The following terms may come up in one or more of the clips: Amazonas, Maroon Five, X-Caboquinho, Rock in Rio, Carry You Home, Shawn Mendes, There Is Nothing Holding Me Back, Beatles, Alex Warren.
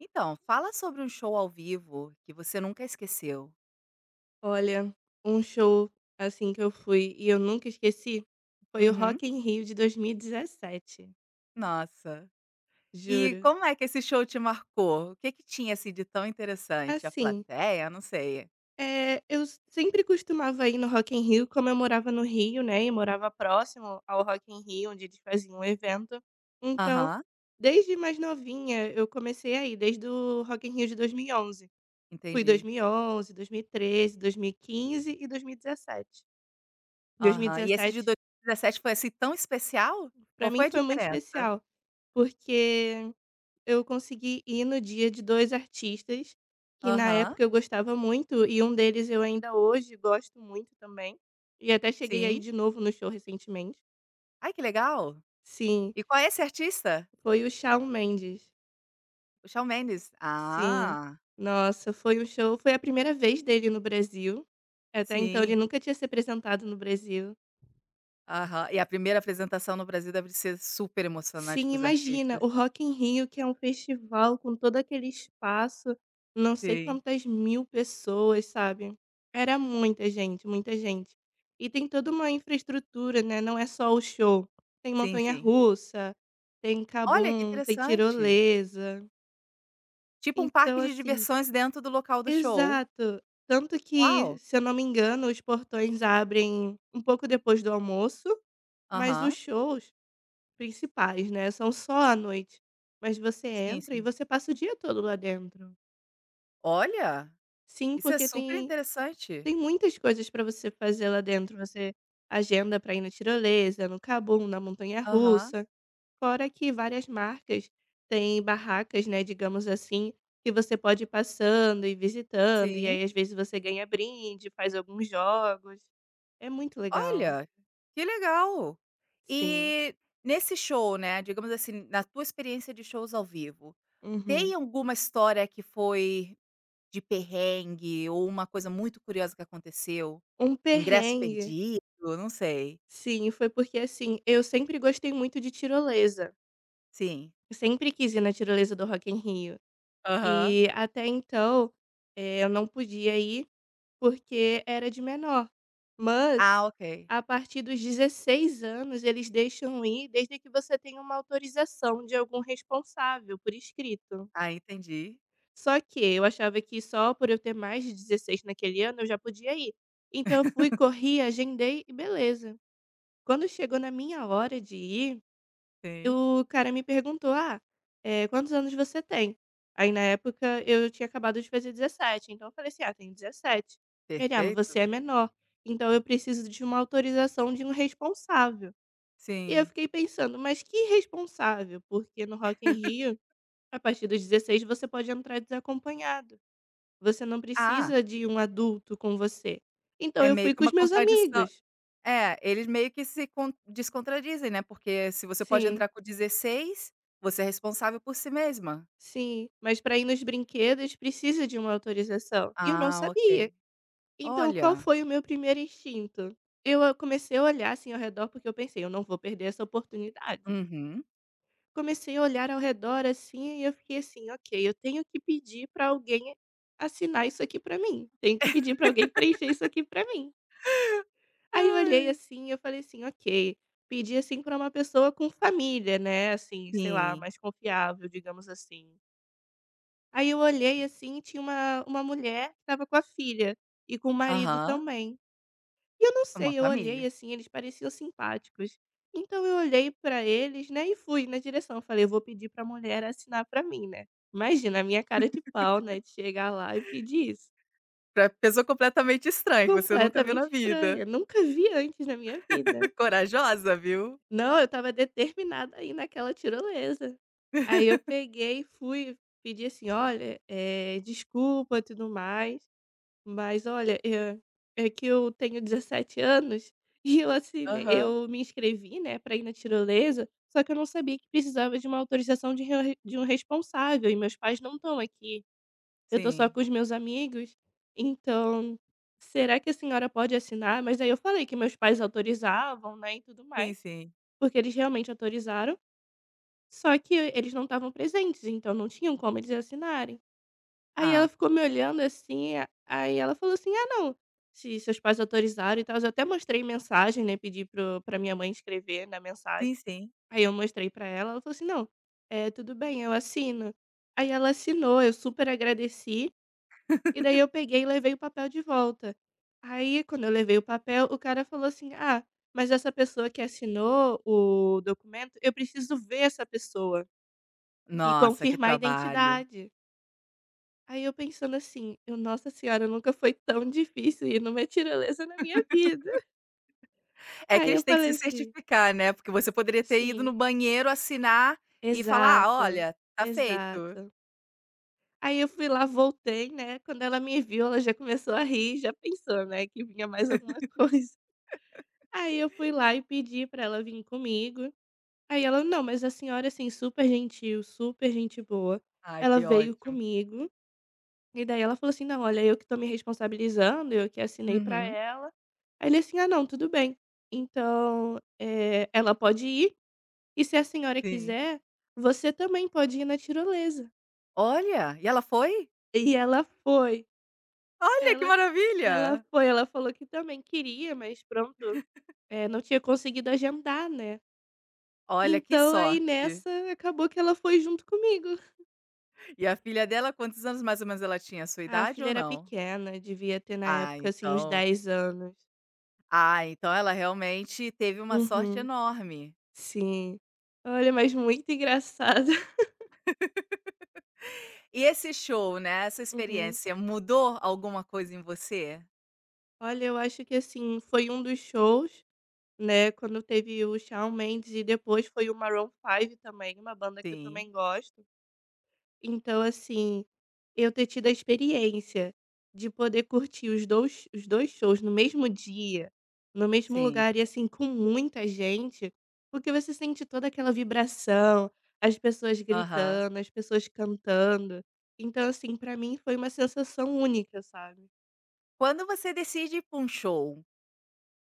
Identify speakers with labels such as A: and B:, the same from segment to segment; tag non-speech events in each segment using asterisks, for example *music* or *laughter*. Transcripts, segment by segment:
A: Então, fala sobre um show ao vivo que você nunca esqueceu.
B: Olha, um show, assim, que eu fui e eu nunca esqueci, foi o
A: Uhum.
B: Rock in Rio de 2017,
A: Nossa. E
B: juro.
A: como é que esse show te marcou? O que tinha, assim, de tão interessante? A
B: Assim,
A: plateia? Não sei.
B: sempre costumava ir no Rock in Rio, como eu morava no Rio, né, e morava próximo ao Rock in Rio, onde eles faziam o evento. Então,
A: Aham,
B: desde mais novinha, eu comecei a ir, desde o Rock in Rio de 2011. Fui
A: entendi.
B: 2011, 2013, 2015 e 2017.
A: Aham. E esse de
B: 2017,
A: 2017 foi, assim, tão especial? Qual
B: pra mim
A: foi a
B: foi muito
A: diferença?
B: especial, porque eu consegui ir no dia de 2 artistas que na
A: Aham,
B: época eu gostava muito e um deles eu ainda hoje gosto muito também, e até cheguei a ir
A: sim.
B: de novo no show recentemente.
A: Ai, que legal.
B: Sim,
A: E qual é esse artista?
B: foi o Shawn Mendes.
A: O Shawn Mendes.
B: Sim.
A: Ah,
B: Nossa, foi um show, foi a primeira vez dele no Brasil, até então ele
A: sim.
B: nunca tinha se apresentado no Brasil.
A: Aham. E a primeira apresentação no Brasil deve ser super emocionante
B: Sim,
A: para os
B: imagina,
A: artistas.
B: o Rock in Rio, que é um festival com todo aquele espaço, não sei
A: Sim,
B: quantas mil pessoas, sabe. Era muita gente, muita gente. E tem toda uma infraestrutura, né, não é só o show. Tem
A: sim, sim.
B: montanha-russa, tem
A: Olha, que
B: Kabum, tem
A: interessante.
B: tirolesa.
A: Tipo um parque
B: Então,
A: de
B: assim,
A: diversões dentro do local do show.
B: exato. Tanto
A: Uau!
B: que, se eu não me engano, os portões abrem um pouco depois do almoço, mas os
A: Aham.
B: shows principais, né, são só à noite, mas você
A: Sim,
B: entra e
A: sim.
B: você passa o dia todo lá dentro.
A: Olha,
B: Sim,
A: isso é
B: porque
A: super
B: tem
A: interessante.
B: muitas coisas para você fazer lá dentro. Você agenda para ir na tirolesa, no Cabum, na montanha
A: Aham,
B: russa, fora que várias marcas têm barracas, né, digamos assim, que você pode ir passando e visitando, e
A: sim.
B: aí às vezes você ganha brinde, faz alguns jogos. É muito legal.
A: Olha, que legal.
B: Sim.
A: E nesse show, né, digamos assim, na tua experiência de shows ao vivo, tem
B: Uhum.
A: alguma história que foi de perrengue ou uma coisa muito curiosa que aconteceu?
B: Um
A: Ingresso
B: perrengue?
A: perdido, não sei.
B: Sim, foi porque, assim, eu sempre gostei muito de tirolesa.
A: Sim.
B: Eu sempre quis ir na tirolesa do Rock in Rio.
A: Aham.
B: E até então, eu não podia ir porque era de menor.
A: Ah,
B: Mas
A: ok.
B: a partir dos 16 anos eles deixam ir desde que você tenha uma autorização de algum responsável por escrito.
A: Ah, entendi.
B: Só que eu achava que só por eu ter mais de 16 naquele ano eu já podia ir. Então eu fui, corri, agendei e beleza. Quando chegou na minha hora de ir,
A: Sim.
B: o cara me perguntou: "Ah, quantos anos você tem?" Aí na época eu tinha acabado de fazer 17, então eu falei assim: "Ah, tenho 17." Ele: "Ah, mas
A: Perfeito?
B: você é menor, então eu preciso de uma autorização de um responsável." E eu
A: Sim.
B: fiquei pensando: "Mas que responsável?" Porque no Rock in Rio, a partir dos 16 você pode entrar desacompanhado, você não
A: Ah,
B: precisa de um adulto com você. Então
A: é
B: eu
A: meio
B: fui
A: que
B: com os
A: uma
B: meus
A: contradição
B: amigos.
A: é, eles meio que se con descontradizem, né, porque se você pode
B: Sim.
A: entrar com 16 você é responsável por si mesma.
B: Sim, mas para ir nos brinquedos precisa de uma autorização, e eu não
A: Ah, ok.
B: sabia. Então qual
A: Olha.
B: foi o meu primeiro instinto? Eu a comecei a olhar, assim, ao redor, porque eu pensei: "Eu não vou perder essa oportunidade."
A: Uhum.
B: Comecei a olhar ao redor, assim, e eu fiquei assim: "Ok, eu tenho que pedir para alguém assinar isso aqui para mim, tenho que pedir para alguém preencher isso aqui para mim." Aí eu olhei
A: Ai.
B: assim, e eu falei assim: "Ok", pedi assim para uma pessoa com família, né, assim, sei lá,
A: Sim.
B: mais confiável, digamos assim. Aí eu olhei, assim, e tinha uma mulher que estava com a filha e com o marido
A: Aham.
B: também. E eu não
A: É uma
B: sei, eu
A: família.
B: olhei, assim, eles pareciam simpáticos. Então eu olhei pra eles, né, e fui na direção, falei: "Eu vou pedir pra mulher assinar pra mim, né." Imagina a minha cara de pau, né, de chegar lá e pedir isso.
A: Pra pessoa completamente estranha, que você nunca viu na
B: Completamente
A: vida.
B: estranha, nunca vi antes na minha vida.
A: *laughs* Corajosa, viu?
B: Não, eu estava determinada a ir naquela tirolesa. Aí eu peguei e fui, pedi assim: "Olha, desculpa, tudo mais. Mas olha, é que eu tenho 17 anos *laughs* e
A: Aham.
B: eu me inscrevi, né, para ir na tirolesa, só que eu não sabia que precisava de uma autorização de um responsável e meus pais não estão aqui. Eu tô só
A: Sim.
B: com os meus amigos, então, será que a senhora pode assinar?" Mas aí eu falei que meus pais autorizavam, né, e tudo
A: Sim,
B: mais,
A: sim.
B: porque eles realmente autorizaram, só que eles não estavam presentes, então não tinham como eles assinarem. Aí ela
A: Ah.
B: ficou me olhando assim, a aí ela falou assim: "Ah, não, se seus pais autorizaram e tal." Eu até mostrei mensagem, né, pedi para o pra minha mãe escrever na
A: Sim,
B: mensagem,
A: sim.
B: aí eu mostrei pra ela, ela falou assim: "Não, é tudo bem, eu assino." Aí ela assinou, eu super agradeci, e daí eu peguei e levei o papel de volta. Aí quando eu levei o papel, o cara falou assim: "Ah, mas essa pessoa que assinou o documento, eu preciso ver essa pessoa e
A: Nossa, que
B: confirmar a
A: trabalho.
B: identidade." Aí eu pensando assim, eu: "Nossa senhora, nunca foi tão difícil ir numa tirolesa na minha vida."
A: É que
B: Aí
A: eles
B: eu
A: têm que
B: falei
A: se
B: assim:
A: certificar, né, porque você poderia ter ido no
B: "Sim,
A: banheiro, assinar e falar: "Ah,
B: exato,
A: olha, tá feito".
B: exato." Aí eu fui lá, voltei, né, quando ela me viu, ela já começou a rir, já pensou, né, que vinha mais alguma *laughs* coisa. Aí eu fui lá e pedi pra ela vir comigo. Aí ela: "Não, mas a senhora, assim, super gentil, super gente boa."
A: Ah,
B: Ela
A: que
B: veio
A: ótimo.
B: comigo. E daí ela falou assim: "Não, olha, eu que tô me responsabilizando, eu que assinei pra
A: Uhum,
B: ela." Aí ele assim: "Ah, não, tudo bem. Então, ela pode ir, e se a senhora
A: sim.
B: quiser, você também pode ir na tirolesa."
A: Olha, e ela foi?
B: E ela foi.
A: Olha, que
B: Ela ela
A: maravilha!
B: foi, ela falou que também queria, mas pronto, não tinha conseguido agendar, né.
A: Olha, que
B: Então aí
A: sorte.
B: nessa, acabou que ela foi junto comigo.
A: E a filha dela, quantos anos mais ou menos ela tinha? A sua
B: A
A: idade
B: filha
A: ou
B: era
A: não?
B: pequena, devia ter na
A: Ah,
B: época, assim, uns
A: então
B: 10 anos.
A: ah, então ela realmente teve uma sorte
B: Uhum.
A: enorme.
B: Sim. Olha, mas muito engraçado. *laughs*
A: E esse show, né, essa
B: Uhum.
A: experiência mudou alguma coisa em você?
B: Olha, eu acho que, assim, foi um dos shows, né, quando teve o Shawn Mendes e depois foi o Maroon Five também, uma banda que eu
A: Sim,
B: também gosto. Então, assim, eu ter tido a experiência de poder curtir os 2 shows no mesmo dia, no mesmo
A: sim.
B: lugar e, assim, com muita gente, porque você sente toda aquela vibração, as pessoas
A: Aham.
B: gritando, as pessoas cantando. Então, assim, pra mim foi uma sensação única, sabe.
A: Quando você decide ir pra um show,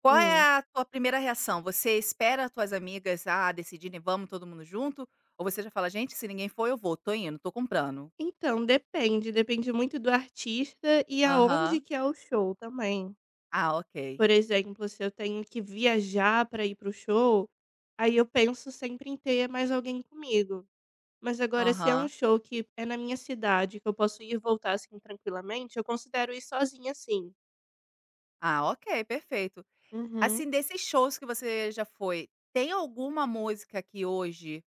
A: qual é
B: Hum.
A: a tua primeira reação? Você espera as tuas amigas, ah, decidirem, "Vamos todo mundo junto"? Ou você já fala: "Gente, se ninguém for, eu vou. Tô indo, tô comprando"?
B: Então, depende, depende muito do artista e aonde
A: Aham.
B: que é o show também.
A: Ah, ok.
B: Por exemplo, se eu tenho que viajar para ir para o show, aí eu penso sempre em ter mais alguém comigo. Mas agora, se é um
A: Aham.
B: show que é na minha cidade, que eu posso ir e voltar assim tranquilamente, eu considero ir sozinha, sim.
A: Ah, ok, perfeito.
B: Uhum.
A: Assim, desses shows que você já foi, tem alguma música que hoje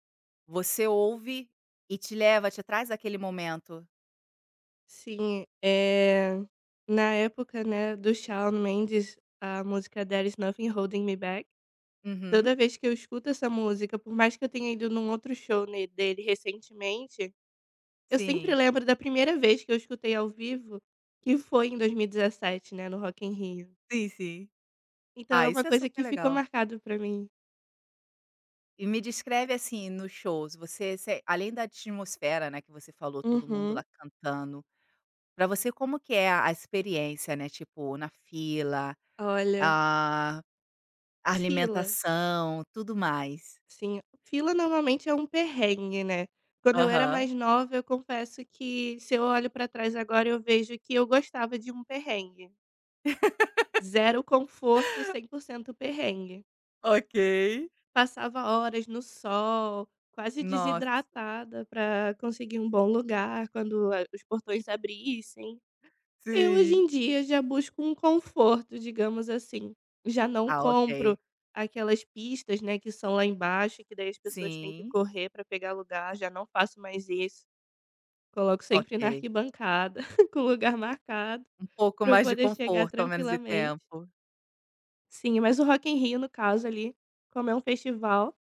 A: você ouve e te leva, te traz aquele momento?
B: Sim, na época, né, do Shawn Mendes, a música There Is Nothing Holding Me Back,
A: Uhum.
B: toda vez que eu escuto essa música, por mais que eu tenha ido num outro show ne dele recentemente, eu sempre
A: Sim.
B: lembro da primeira vez que eu escutei ao vivo, que foi em 2017, né, no Rock in Rio.
A: Sim, sim.
B: Então
A: Ah,
B: é uma
A: isso é
B: coisa
A: super
B: que ficou
A: legal.
B: marcado pra mim.
A: E me descreve, assim, nos shows, você além da atmosfera, né, que você falou, todo mundo lá
B: Uhum.
A: cantando, pra você como que é a experiência, né, tipo, na fila,
B: Olha,
A: a a
B: fila,
A: alimentação, tudo mais?
B: sim, fila normalmente é um perrengue, né. Quando eu era
A: Aham.
B: mais nova, eu confesso que, se eu olho pra trás agora, eu vejo que eu gostava de um perrengue. Zero conforto, 100% perrengue.
A: Ok.
B: Passava horas no sol, quase
A: Nossa.
B: desidratada para conseguir um bom lugar quando a os portões abrissem. Eu hoje
A: Sim.
B: em dia já busco um conforto, digamos assim. Já não
A: Ah, ok.
B: compro aquelas pistas, né, que são lá embaixo, que daí as pessoas têm que
A: Sim,
B: correr para pegar lugar, já não faço mais isso. Coloco sempre na
A: ok.
B: arquibancada, *laughs* com lugar marcado,
A: Um pouco
B: para eu
A: mais de
B: poder chegar
A: conforto, ao menos de
B: tranquilamente.
A: tempo.
B: Sim, mas o Rock in Rio, no caso ali, como é um festival,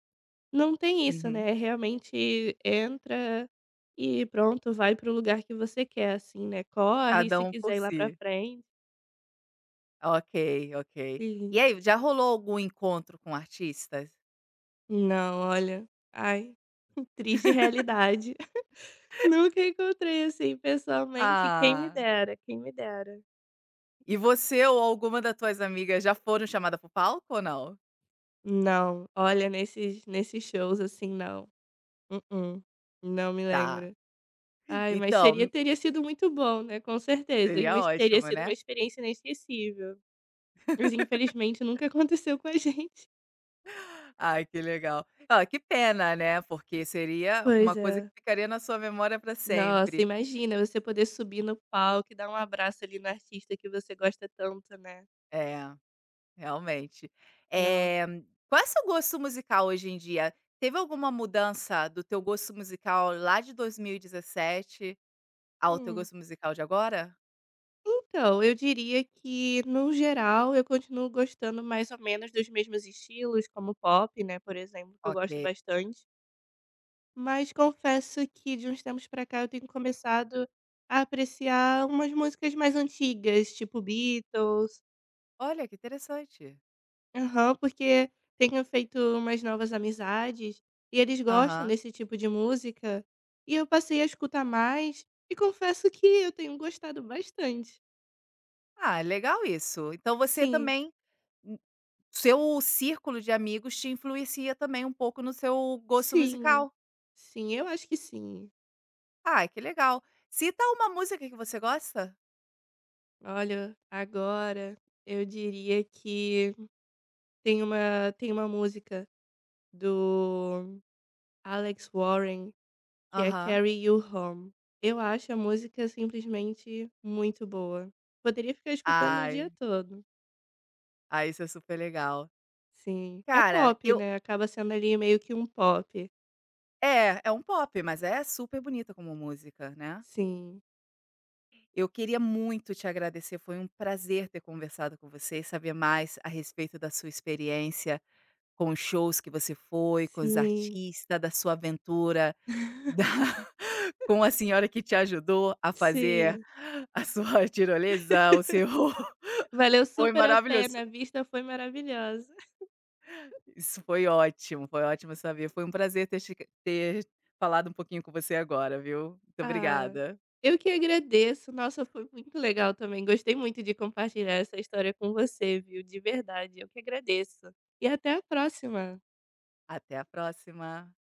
B: não tem isso,
A: Uhum.
B: né, realmente entra e pronto, vai pro lugar que você quer, assim, né, corre,
A: Cada
B: se
A: um por
B: quiser ir lá pra
A: si.
B: frente.
A: Ok, ok. E
B: Sim.
A: aí, já rolou algum encontro com artistas?
B: Não, olha, ai, *laughs* triste realidade. *laughs* Nunca encontrei assim pessoalmente, quem me
A: Ah,
B: dera, quem me dera.
A: e você ou alguma das tuas amigas já foram chamada para o palco ou não?
B: Não, olha, nesses shows, assim, não. Mm-mm, não me
A: Tá,
B: lembro. Ai, mas
A: então,
B: seria teria sido muito bom, né, com certeza, e uma
A: seria
B: teria
A: ótimo,
B: sido uma
A: né.
B: experiência inesquecível. Mas infelizmente nunca *laughs* aconteceu com a gente.
A: Ai, que legal. Ah, que pena, né, porque seria uma
B: Pois
A: coisa que
B: é.
A: ficaria na sua memória para
B: Nossa,
A: sempre.
B: imagina você poder subir no palco e dar um abraço ali no artista que você gosta tanto, né?
A: É, realmente.
B: Nossa.
A: Eh, Qual é o seu gosto musical hoje em dia? Teve alguma mudança do teu gosto musical lá de 2017 ao teu
B: Hum.
A: gosto musical de agora?
B: Então, eu diria que, no geral, eu continuo gostando mais ou menos dos mesmos estilos, como pop, né, por exemplo, que eu gosto
A: Ok.
B: bastante. Mas confesso que de uns tempos pra cá eu tenho começado a apreciar umas músicas mais antigas, tipo Beatles.
A: Olha, que interessante.
B: Aham, porque tenho feito umas novas amizades e eles gostam
A: Aham.
B: desse tipo de música, e eu passei a escutar mais e confesso que eu tenho gostado bastante.
A: Ah, legal isso. Então você
B: Sim,
A: também hum, seu círculo de amigos te influencia também um pouco no seu gosto
B: sim,
A: musical.
B: sim, eu acho que sim.
A: Ah, que legal. Cita uma música que você gosta.
B: Olha, agora eu diria que tem uma música do Alex Warren que é
A: Aham.
B: Carry You Home. Eu acho a música simplesmente muito boa. Poderia ficar escutando o dia
A: Ai,
B: todo.
A: ai, isso é super legal.
B: Sim. É
A: Cara,
B: pop,
A: eu
B: né, acaba sendo ali meio que um pop.
A: é, é um pop, mas é super bonita como música, né.
B: Sim,
A: Eu queria muito te agradecer, foi um prazer ter conversado com você e saber mais a respeito da sua experiência com os shows que você foi, com os
B: sim.
A: artistas da sua aventura, *laughs* da
B: *laughs*
A: Com a senhora que te ajudou a fazer
B: Sim.
A: a sua *laughs* tirolesa, o seu
B: *laughs*
A: *laughs*
B: Valeu
A: foi
B: super a
A: maravilhoso.
B: pena, a vista foi maravilhosa.
A: Isso foi ótimo saber. Foi um prazer ter chi ter falado um pouquinho com você agora, viu. Muito
B: Ah,
A: obrigada.
B: eu que agradeço. Nossa, foi muito legal também, gostei muito de compartilhar essa história com você, viu, de verdade, eu que agradeço. E até a próxima.
A: Até a próxima.